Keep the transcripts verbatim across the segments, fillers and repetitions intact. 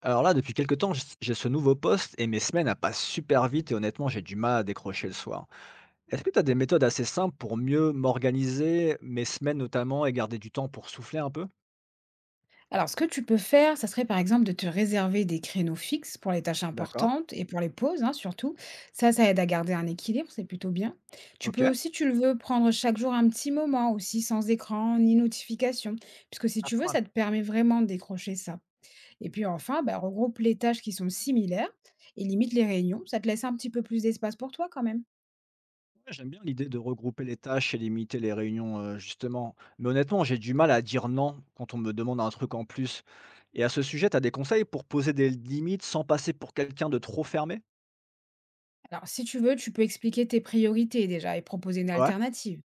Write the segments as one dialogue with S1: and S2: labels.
S1: Alors là, depuis quelques temps, j j'ai ce nouveau poste et mes semaines, elles passent super vite et honnêtement, j'ai du mal à décrocher le soir. Est-ce que tu as des méthodes assez simples pour mieux m'organiser, mes semaines notamment, et garder du temps pour souffler un peu?
S2: Alors, ce que tu peux faire, ça serait par exemple de te réserver des créneaux fixes pour les tâches
S1: D'accord.
S2: importantes et pour les pauses, hein, surtout. Ça, ça aide à garder un équilibre, c'est plutôt bien. Tu peux
S1: OK.
S2: aussi, tu le veux, prendre chaque jour un petit moment aussi sans écran ni notification, puisque si
S1: Ah,
S2: tu
S1: pas
S2: veux,
S1: mal.
S2: ça te permet vraiment de décrocher ça. Et puis enfin, bah, regroupe les tâches qui sont similaires et limite les réunions. Ça te laisse un petit peu plus d'espace pour toi quand même.
S1: Ouais, j'aime bien l'idée de regrouper les tâches et limiter les réunions, heu, justement. Mais honnêtement, j'ai du mal à dire non quand on me demande un truc en plus. Et à ce sujet, tu as des conseils pour poser des limites sans passer pour quelqu'un de trop fermé?
S2: Alors, si tu veux, tu peux expliquer tes priorités déjà et proposer une
S1: Ouais.
S2: alternative.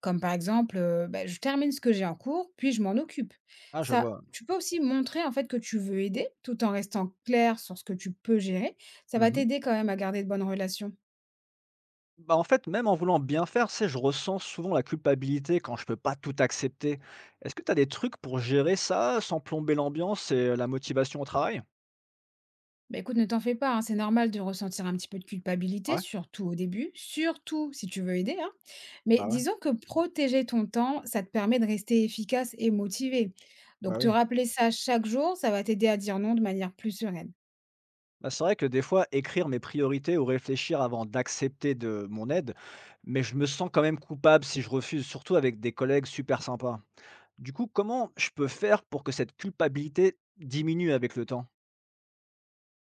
S2: Comme par exemple, heu, bah, je termine ce que j'ai en cours, puis je m'en occupe.
S1: Ah, je
S2: Ça
S1: vois.
S2: tu peux aussi montrer en fait que tu veux aider, tout en restant clair sur ce que tu peux gérer. Ça va
S1: Mmh.
S2: t'aider quand même à garder de bonnes relations.
S1: Bah, en fait, même en voulant bien faire, c'est je ressens souvent la culpabilité quand je peux pas tout accepter. Est-ce que tu as des trucs pour gérer ça sans plomber l'ambiance et la motivation au travail?
S2: Bah, écoute, ne t'en fais pas, hein, c'est normal de ressentir un petit peu de culpabilité,
S1: Ouais,
S2: surtout au début, surtout si tu veux aider, hein. Mais
S1: bah ouais,
S2: disons que protéger ton temps, ça te permet de rester efficace et motivé.
S1: bah
S2: Donc te
S1: oui.
S2: rappeler ça chaque jour, ça va t'aider à dire non de manière plus sereine.
S1: Bah, c'est vrai que des fois, écrire mes priorités ou réfléchir avant d'accepter de mon aide, mais je me sens quand même coupable si je refuse, surtout avec des collègues super sympas. Du coup, comment je peux faire pour que cette culpabilité diminue avec le temps?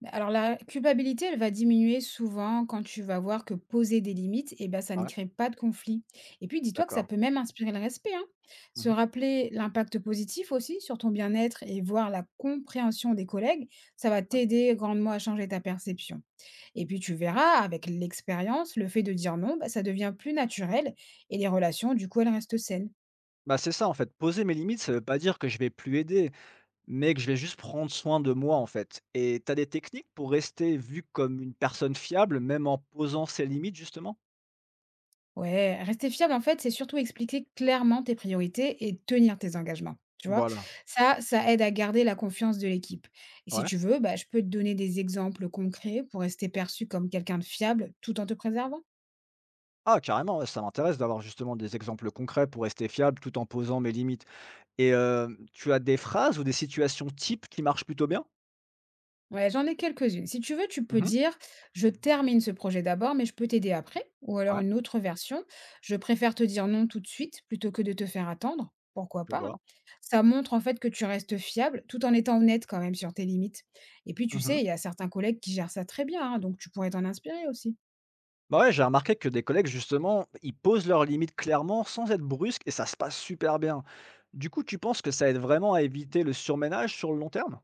S2: Bah, alors la culpabilité, elle va diminuer souvent quand tu vas voir que poser des limites, eh ben, ça ne
S1: Ouais,
S2: crée pas de conflit. Et puis dis-toi que ça
S1: d'accord.
S2: peut même inspirer le respect, hein. Se
S1: Mhm.
S2: rappeler l'impact positif aussi sur ton bien-être et voir la compréhension des collègues, ça va t'aider grandement à changer ta perception. Et puis tu verras, avec l'expérience, le fait de dire non, bah, ça devient plus naturel et les relations, du coup, elles restent saines.
S1: Bah c'est ça en fait, poser mes limites, ça veut pas dire que je vais plus aider, mais que je vais juste prendre soin de moi, en fait. Et tu as des techniques pour rester vue comme une personne fiable, même en posant ses limites, justement?
S2: Ouais, rester fiable, en fait, c'est surtout expliquer clairement tes priorités et tenir tes engagements. Tu vois,
S1: Voilà,
S2: ça, ça aide à garder la confiance de l'équipe. Et si
S1: ouais.
S2: tu veux, bah, je peux te donner des exemples concrets pour rester perçu comme quelqu'un de fiable tout en te préservant.
S1: Ah carrément, ouais, ça m'intéresse d'avoir justement des exemples concrets pour rester fiable tout en posant mes limites. Et hem, tu as des phrases ou des situations types qui marchent plutôt bien?
S2: Ouais, j'en ai quelques-unes. Si tu veux, tu peux
S1: Mmh.
S2: dire: «Je termine ce projet d'abord, mais je peux t'aider après» ou
S1: Ouais,
S2: alors une autre version: «Je préfère te dire non tout de suite plutôt que de te faire attendre». Pourquoi
S1: je
S2: pas,
S1: vois.
S2: hein? Ça montre en fait que tu restes fiable tout en étant honnête quand même sur tes limites. Et puis tu
S1: Mmh.
S2: sais, il y a certains collègues qui gèrent ça très bien, hein, donc tu pourrais t'en inspirer aussi.
S1: Bah, ouais, j'ai remarqué que des collègues justement, ils posent leurs limites clairement sans être brusques et ça se passe super bien. Du coup, tu penses que ça aide vraiment à éviter le surménage sur le long terme?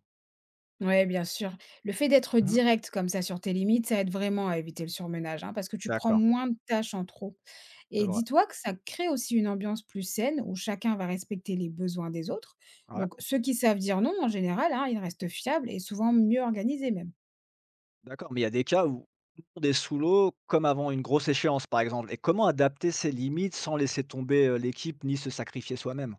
S2: Ouais, bien sûr. Le fait d'être
S1: Mmh.
S2: direct comme ça sur tes limites, ça aide vraiment à éviter le surmenage, hein, parce que tu prends
S1: D'accord,
S2: moins de tâches en trop.
S1: c'est
S2: Et
S1: vrai.
S2: dis-toi que ça crée aussi une ambiance plus saine où chacun va respecter les besoins des autres.
S1: Ouais.
S2: Donc, ceux qui savent dire non, en général, hein, ils restent fiables et souvent mieux organisés même.
S1: D'accord, mais il y a des cas où tout le monde est sous l'eau, comme avant une grosse échéance, par exemple. Et comment adapter ses limites sans laisser tomber euh, l'équipe ni se sacrifier soi-même?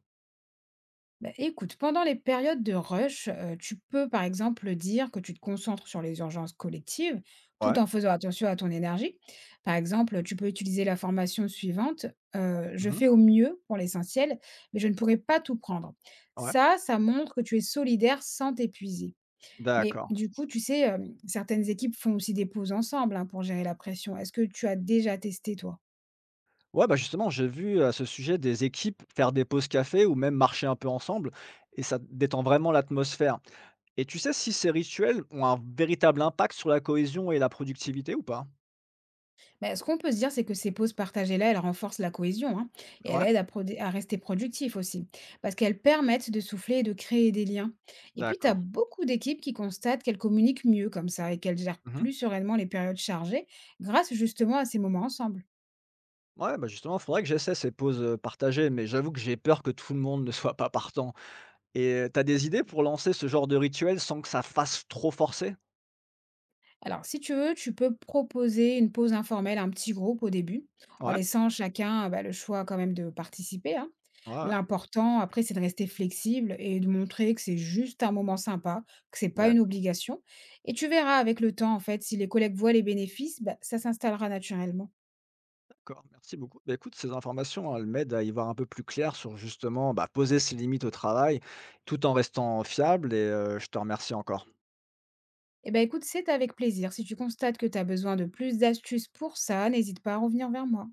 S2: Bah, écoute, pendant les périodes de rush, heu, tu peux, par exemple, dire que tu te concentres sur les urgences collectives, tout
S1: Ouais.
S2: en faisant attention à ton énergie. Par exemple, tu peux utiliser la formation suivante, heu: «Je
S1: Mhm.
S2: fais au mieux pour l'essentiel, mais je ne pourrai pas tout prendre».
S1: Ouais.
S2: Ça, ça montre que tu es solidaire sans t'épuiser. Mais
S1: D'accord.
S2: du coup, tu sais, hem, certaines équipes font aussi des pauses ensemble, hein, pour gérer la pression. Est-ce que tu as déjà testé, toi?
S1: Ouais, bah justement, j'ai vu à ce sujet des équipes faire des pauses café ou même marcher un peu ensemble, et ça détend vraiment l'atmosphère. Et tu sais si ces rituels ont un véritable impact sur la cohésion et la productivité ou pas?
S2: Ben, ce qu'on peut se dire, c'est que ces pauses partagées-là, elles renforcent la cohésion, hein, et elles
S1: Ouais.
S2: aident à, prodé- à rester productif aussi, parce qu'elles permettent de souffler et de créer des liens. Et puis, tu as
S1: D'accord.
S2: beaucoup d'équipes qui constatent qu'elles communiquent mieux comme ça et qu'elles gèrent
S1: Mhm.
S2: plus sereinement les périodes chargées grâce justement à ces moments ensemble.
S1: Ouais, bah justement, il faudrait que j'essaie ces pauses euh, partagées, mais j'avoue que j'ai peur que tout le monde ne soit pas partant. Et heu, tu des idées pour lancer ce genre de rituel sans que ça fasse trop forcé?
S2: Alors, si tu veux, tu peux proposer une pause informelle à un petit groupe au début, en
S1: Ouais,
S2: laissant chacun, bah, le choix quand même de participer, hein.
S1: ouais, ouais.
S2: L'important, après, c'est de rester flexible et de montrer que c'est juste un moment sympa, que c'est pas une
S1: D'accord.
S2: obligation. Et tu verras avec le temps, en fait, si les collègues voient les bénéfices, bah, ça s'installera naturellement.
S1: D'accord, merci beaucoup. Bah, écoute, ces informations, elles m'aident à y voir un peu plus clair sur justement, bah, poser ses limites au travail tout en restant fiable et heu, je te remercie encore.
S2: Eh ben écoute, c'est avec plaisir. Si tu constates que tu as besoin de plus d'astuces pour ça, n'hésite pas à revenir vers moi.